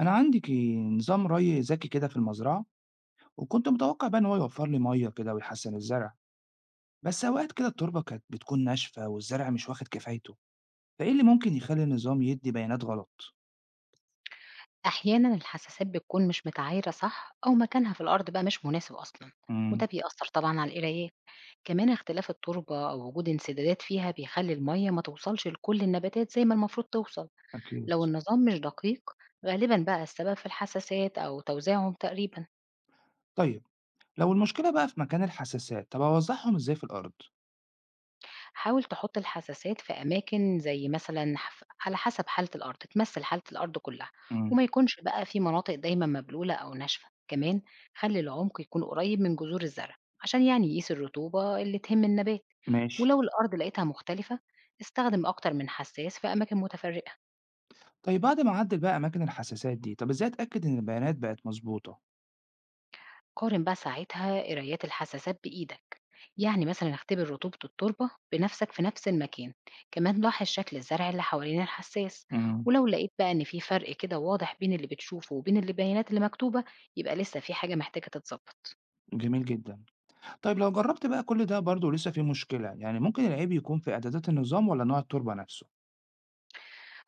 أنا عندي نظام ري ذكي كده في المزرعة، وكنت متوقع بقى إن هو يوفر لي مية كده ويحسن الزرع، بس أوقات كده التربة كانت بتكون ناشفة والزرع مش واخد كفايته، فإيه اللي ممكن يخلي النظام يدي بيانات غلط؟ أحيانا الحساسات بتكون مش متعايرة صح، أو مكانها في الأرض بقى مش مناسب أصلا. امم. وده بيأثر طبعا على القراية. كمان اختلاف التربة أو وجود انسدادات فيها بيخلي المية ما توصلش لكل النباتات زي ما المفروض توصل. أكيد. لو النظام مش دقيق، غالبا بقى السبب في الحساسات أو توزيعهم تقريبا. طيب، لو المشكلة بقى في مكان الحساسات طب أوضحهم إزاي في الأرض؟ حاول تحط الحساسات في أماكن زي مثلا على حسب حالة الأرض، تمثل حالة الأرض كلها، امم. وما يكونش بقى في مناطق دايما مبلولة أو ناشفة. كمان خلي العمق يكون قريب من جذور الزرع، عشان يعني يقيس الرطوبة اللي تهم النبات. ماشي. ولو الأرض لقيتها مختلفة، استخدم أكتر من حساس في أماكن متفرقة. طيب، بعد ما أعدل بقى أماكن الحساسات دي طب إزاي أتأكد إن البيانات بقت مظبوطة؟ قارن بقى ساعتها قرايات الحساسات بإيدك، يعني مثلا اختبر رطوبة التربة بنفسك في نفس المكان. كمان لاحظ شكل الزرع اللي حوالين الحساس، امم. ولو لقيت بقى ان في فرق كده واضح بين اللي بتشوفه وبين اللي البيانات اللي مكتوبة، يبقى لسه في حاجة محتاجة تتظبط. جميل جدا. طيب، لو جربت بقى كل ده برضه لسه في مشكلة يعني ممكن العيب يكون في إعدادات النظام ولا نوع التربة نفسه؟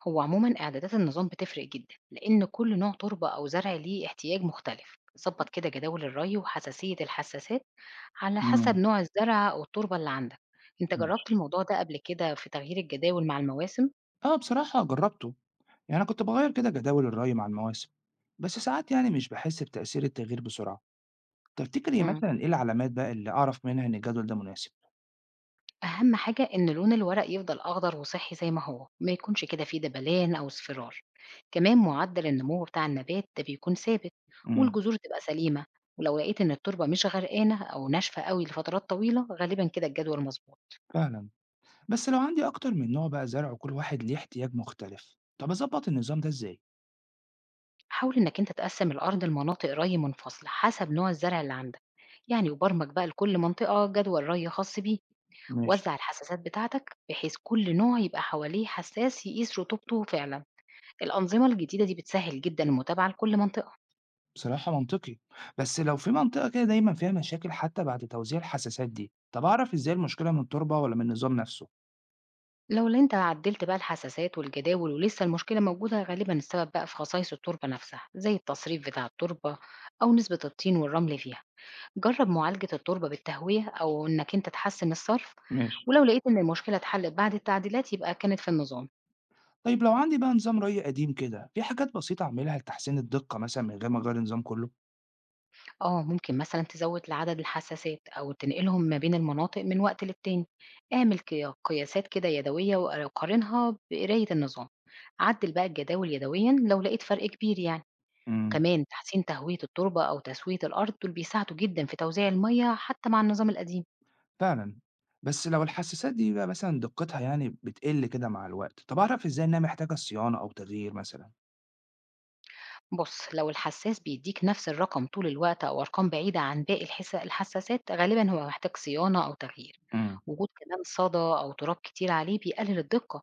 هو عموما اعدادات النظام بتفرق جدا، لان كل نوع تربة او زرع ليه احتياج مختلف. ظبط كده جداول الري وحساسية الحساسات على حسب إمم. نوع الزرع او التربة اللي عندك. انت جربت ماشي. الموضوع ده قبل كده في تغيير الجداول مع المواسم؟ آه، بصراحة جرّبته، يعني أنا كنت باغيّر كده جداول الري مع المواسم، بس ساعات يعني مش باحس بتأثير التغيير بسرعة، تفتكري مم. مثلًا إيه العلامات بقى اللي أعرف منها إن الجدول ده مناسب؟ أهم حاجة إن لون الورق يفضل أخضر وصحي زي ما هو، ما يكونش كده فيه دبلان أو اصفرار. كمان معدل النمو بتاع النبات ده بيكون ثابت، إمم. والجذور تبقى سليمة. ولو لقيت إن التربة مش غرقانة أو ناشفة قوي لفترات طويلة، غالبا كده الجدول مظبوط. فعلًا، بس لو عندي أكتر من نوع بقى زرع وكل واحد ليه احتياج مختلف، طَب أضبّط النظام ده إزاي؟ حاول إنك أنت تقسم الأرض لمناطق ري منفصلة حسب نوع الزرع اللي عندك، يعني وبرمج بقى لكل منطقة جدول ري خاص بيه. ماشي، وزع الحساسات بتاعتك بحيث كل نوع يبقى حواليه حساس يقيس رطوبته فعلا. الأنظمة الجديدة دي بتسهل جدًا المتابعة لكل منطقة. بصراحة منطقي، بس لو في منطقة كده دايمًا فيها مشاكل حتى بعد توزيع الحساسات دي، طَب أعرف إزاي المشكلة من التربة والّا من النظام نفسه؟ لو اللي أنت عدّلت بقى الحساسات والجداول ولسه المشكلة موجودة، غالبًا السبب بقى في خصائص التربة نفسها، زي التصريف بتاع التربة أو نسبة الطين والرمل فيها. جرّب معالجة التربة بالتهوية أو إنك أنت تحسّن الصرف، ماشي. ولو لقيت إن المشكلة اتحلّت بعد التعديلات، يبقى كانت في النظام. طيب، لو عندي بقى نظام ري قديم كده في حاجات بسيطة أعملها لتحسين الدقة مثلا من غير ما أغير النظام كله. آه، ممكن مثلًا تزود العدد الحساسات أو تنقلهم ما بين المناطق من وقت للتاني. اعمل قياسات كده يدوية وقارنها بقراية النظام. عدل بقى الجداول يدويًا لو لقيت فرق كبير يعني. امم. كمان تحسين تهوية التربة أو تسوية الأرض دول بيساعدوا جدًا في توزيع المَيّة حتى مع النظام القديم. فعلا. بس لو الحساسات دي بقى مثلا دقتها يعني بتقل كده مع الوقت طب أعرف إزاي إنها محتاجة صيانة أو تغيير مثلا؟ بص، لو الحساس بيديك نفس الرقم طول الوقت أو أرقام بعيدة عن باقي الحساسات، غالبا هو محتاج صيانة أو تغيير. امم. وجود كمان صدى أو تراب كتير عليه بيقلل الدقة،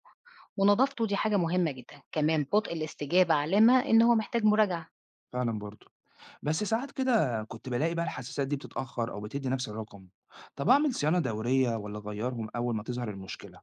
ونظافته دي حاجة مهمة جدا. كمان بطء الاستجابة علامة إن هو محتاج مراجعة. فعلا برضو. بس ساعات كده كنت بلاقي بقى الحساسات دي بتتأخر أو بتدي نفس الرقم، طب أعمل صيانة دورية ولا أغيرهم أول ما تظهر المشكلة؟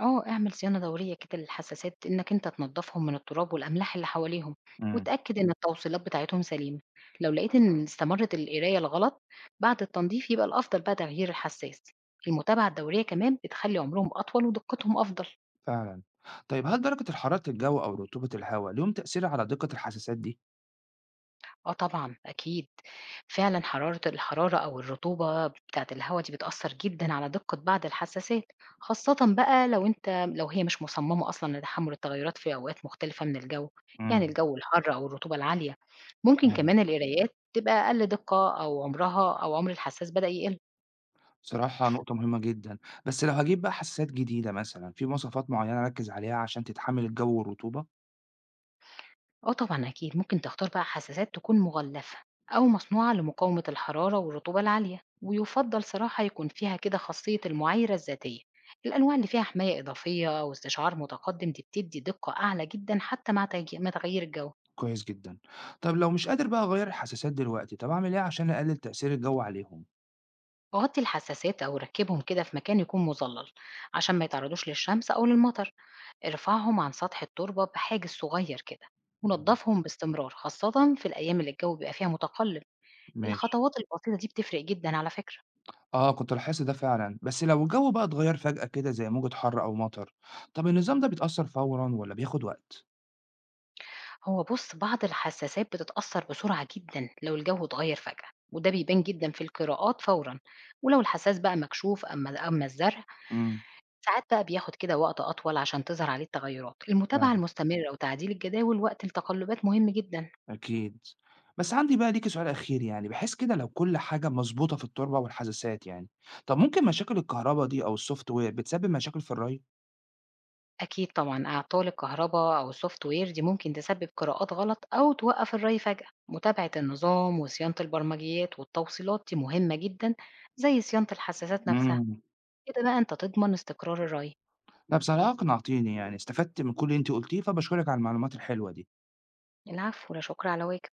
آه، اعمل صيانة دورية كده للحساسات، إنك أنت تنضفهم من التراب والأملاح اللي حواليهم، امم. وتأكد إن التوصيلات بتاعتهم سليمة. لو لقيت إن استمرت القراية الغلط بعد التنظيف، يبقى الأفضل بقى تغيير الحساس. المتابعة الدورية كمان بتخلي عمرهم أطول ودقتهم أفضل. فعلا. طيب، هل درجة حرارة الجو أو رطوبة الهواء ليهم تأثير على دقة الحساسات دي؟ آه طبعًا، أكيد. فعلًا الحرارة أو الرطوبة بتاعة الهوا دي بتأثّر جدًا على دقة بعض الحساسات، خاصةً بقى لو هي مش مصممة أصلًا لتحمُّل التغيُّرات في أوقات مختلفة من الجو، يعني امم. الجو الحَر أو الرطوبة العالية. ممكن امم. كمان القرايات تبقى أقل دقة، أو عمرها أو عمر الحساس بدأ يقل. بصراحة نقطة مهمة جدًا، بس لو هاجيب بقى حساسات جديدة مثلًا، في مواصفات معيّنة أركّز عليها عشان تتحمل الجو والرطوبة؟ آه طبعًا أكيد، ممكن تختار بقى حساسات تكون مغلفة أو مصنوعة لمقاومة الحرارة والرطوبة العالية، ويُفضّل صراحة يكون فيها كده خاصية المعايرة الذاتية. الأنواع اللي فيها حماية إضافية أو استشعار متقدم دي بتدّي دقة أعلى جدًا حتى مع مع تغيير الجو. كويس جدًا. طب لو مش قادر بقى أغيّر الحساسات دلوقتي، طب أعمل إيه عشان أقلل تأثير الجو عليهم؟ غطّي الحساسات أو ركّبهم كده في مكان يكون مُظلّل، عشان ما يتعرضوش للشمس أو للمطر. ارفعهم عن سطح التربة بحاجز صغير كده، إمم. ونضّفهم باستمرار، خاصةً في الأيام اللي الجو بيبقى فيها متقلب. ماشي. الخطوات البسيطة دي بتفرق جدًا على فكرة. آه، كنت لاحظت ده فعلًا، بس لو الجو بقى اتغيّر فجأة كده زي موجة حَر أو مطر، طب النظام ده بيتأثّر فورًا والّا بياخد وقت؟ هو بُص، بعض الحساسات بتتأثّر بسرعة جدًا لو الجو اتغيّر فجأة، وده بيبان جدًا في القراءات فورًا. ولو الحساس بقى مكشوف أما الزرع، إمم. ساعات بقى بياخد كده وقت أطول عشان تظهر عليه التغيّرات. فعلًا. المتابعة المستمرة وتعديل الجداول وقت التقلبات مهم جدًا. أكيد. بس عندي بقى ليكِ سؤال أخير يعني، بحيث كده لو كل حاجة مضبوطة في التربة والحساسات يعني، طب ممكن مشاكل الكهربا دي أو الsoftware بتسبب مشاكل في الري؟ أكيد طبعًا، أعطال الكهربا أو الSoftware دي ممكن تسبب قراءات غلط أو توقّف الري فجأة. متابعة النظام وصيانة البرمجيات والتوصيلات دي مهمة جدًا، زي صيانة الحساسات نفسها. إمم. كده بقى أنت تضمن استقرار الري. لأ بصراحة أقنعتيني يعني، استفدت من كل اللي أنتِ قُلتيه، فباشكرِك على المعلومات الحلوة دي. العفو، لا شكر على واجب.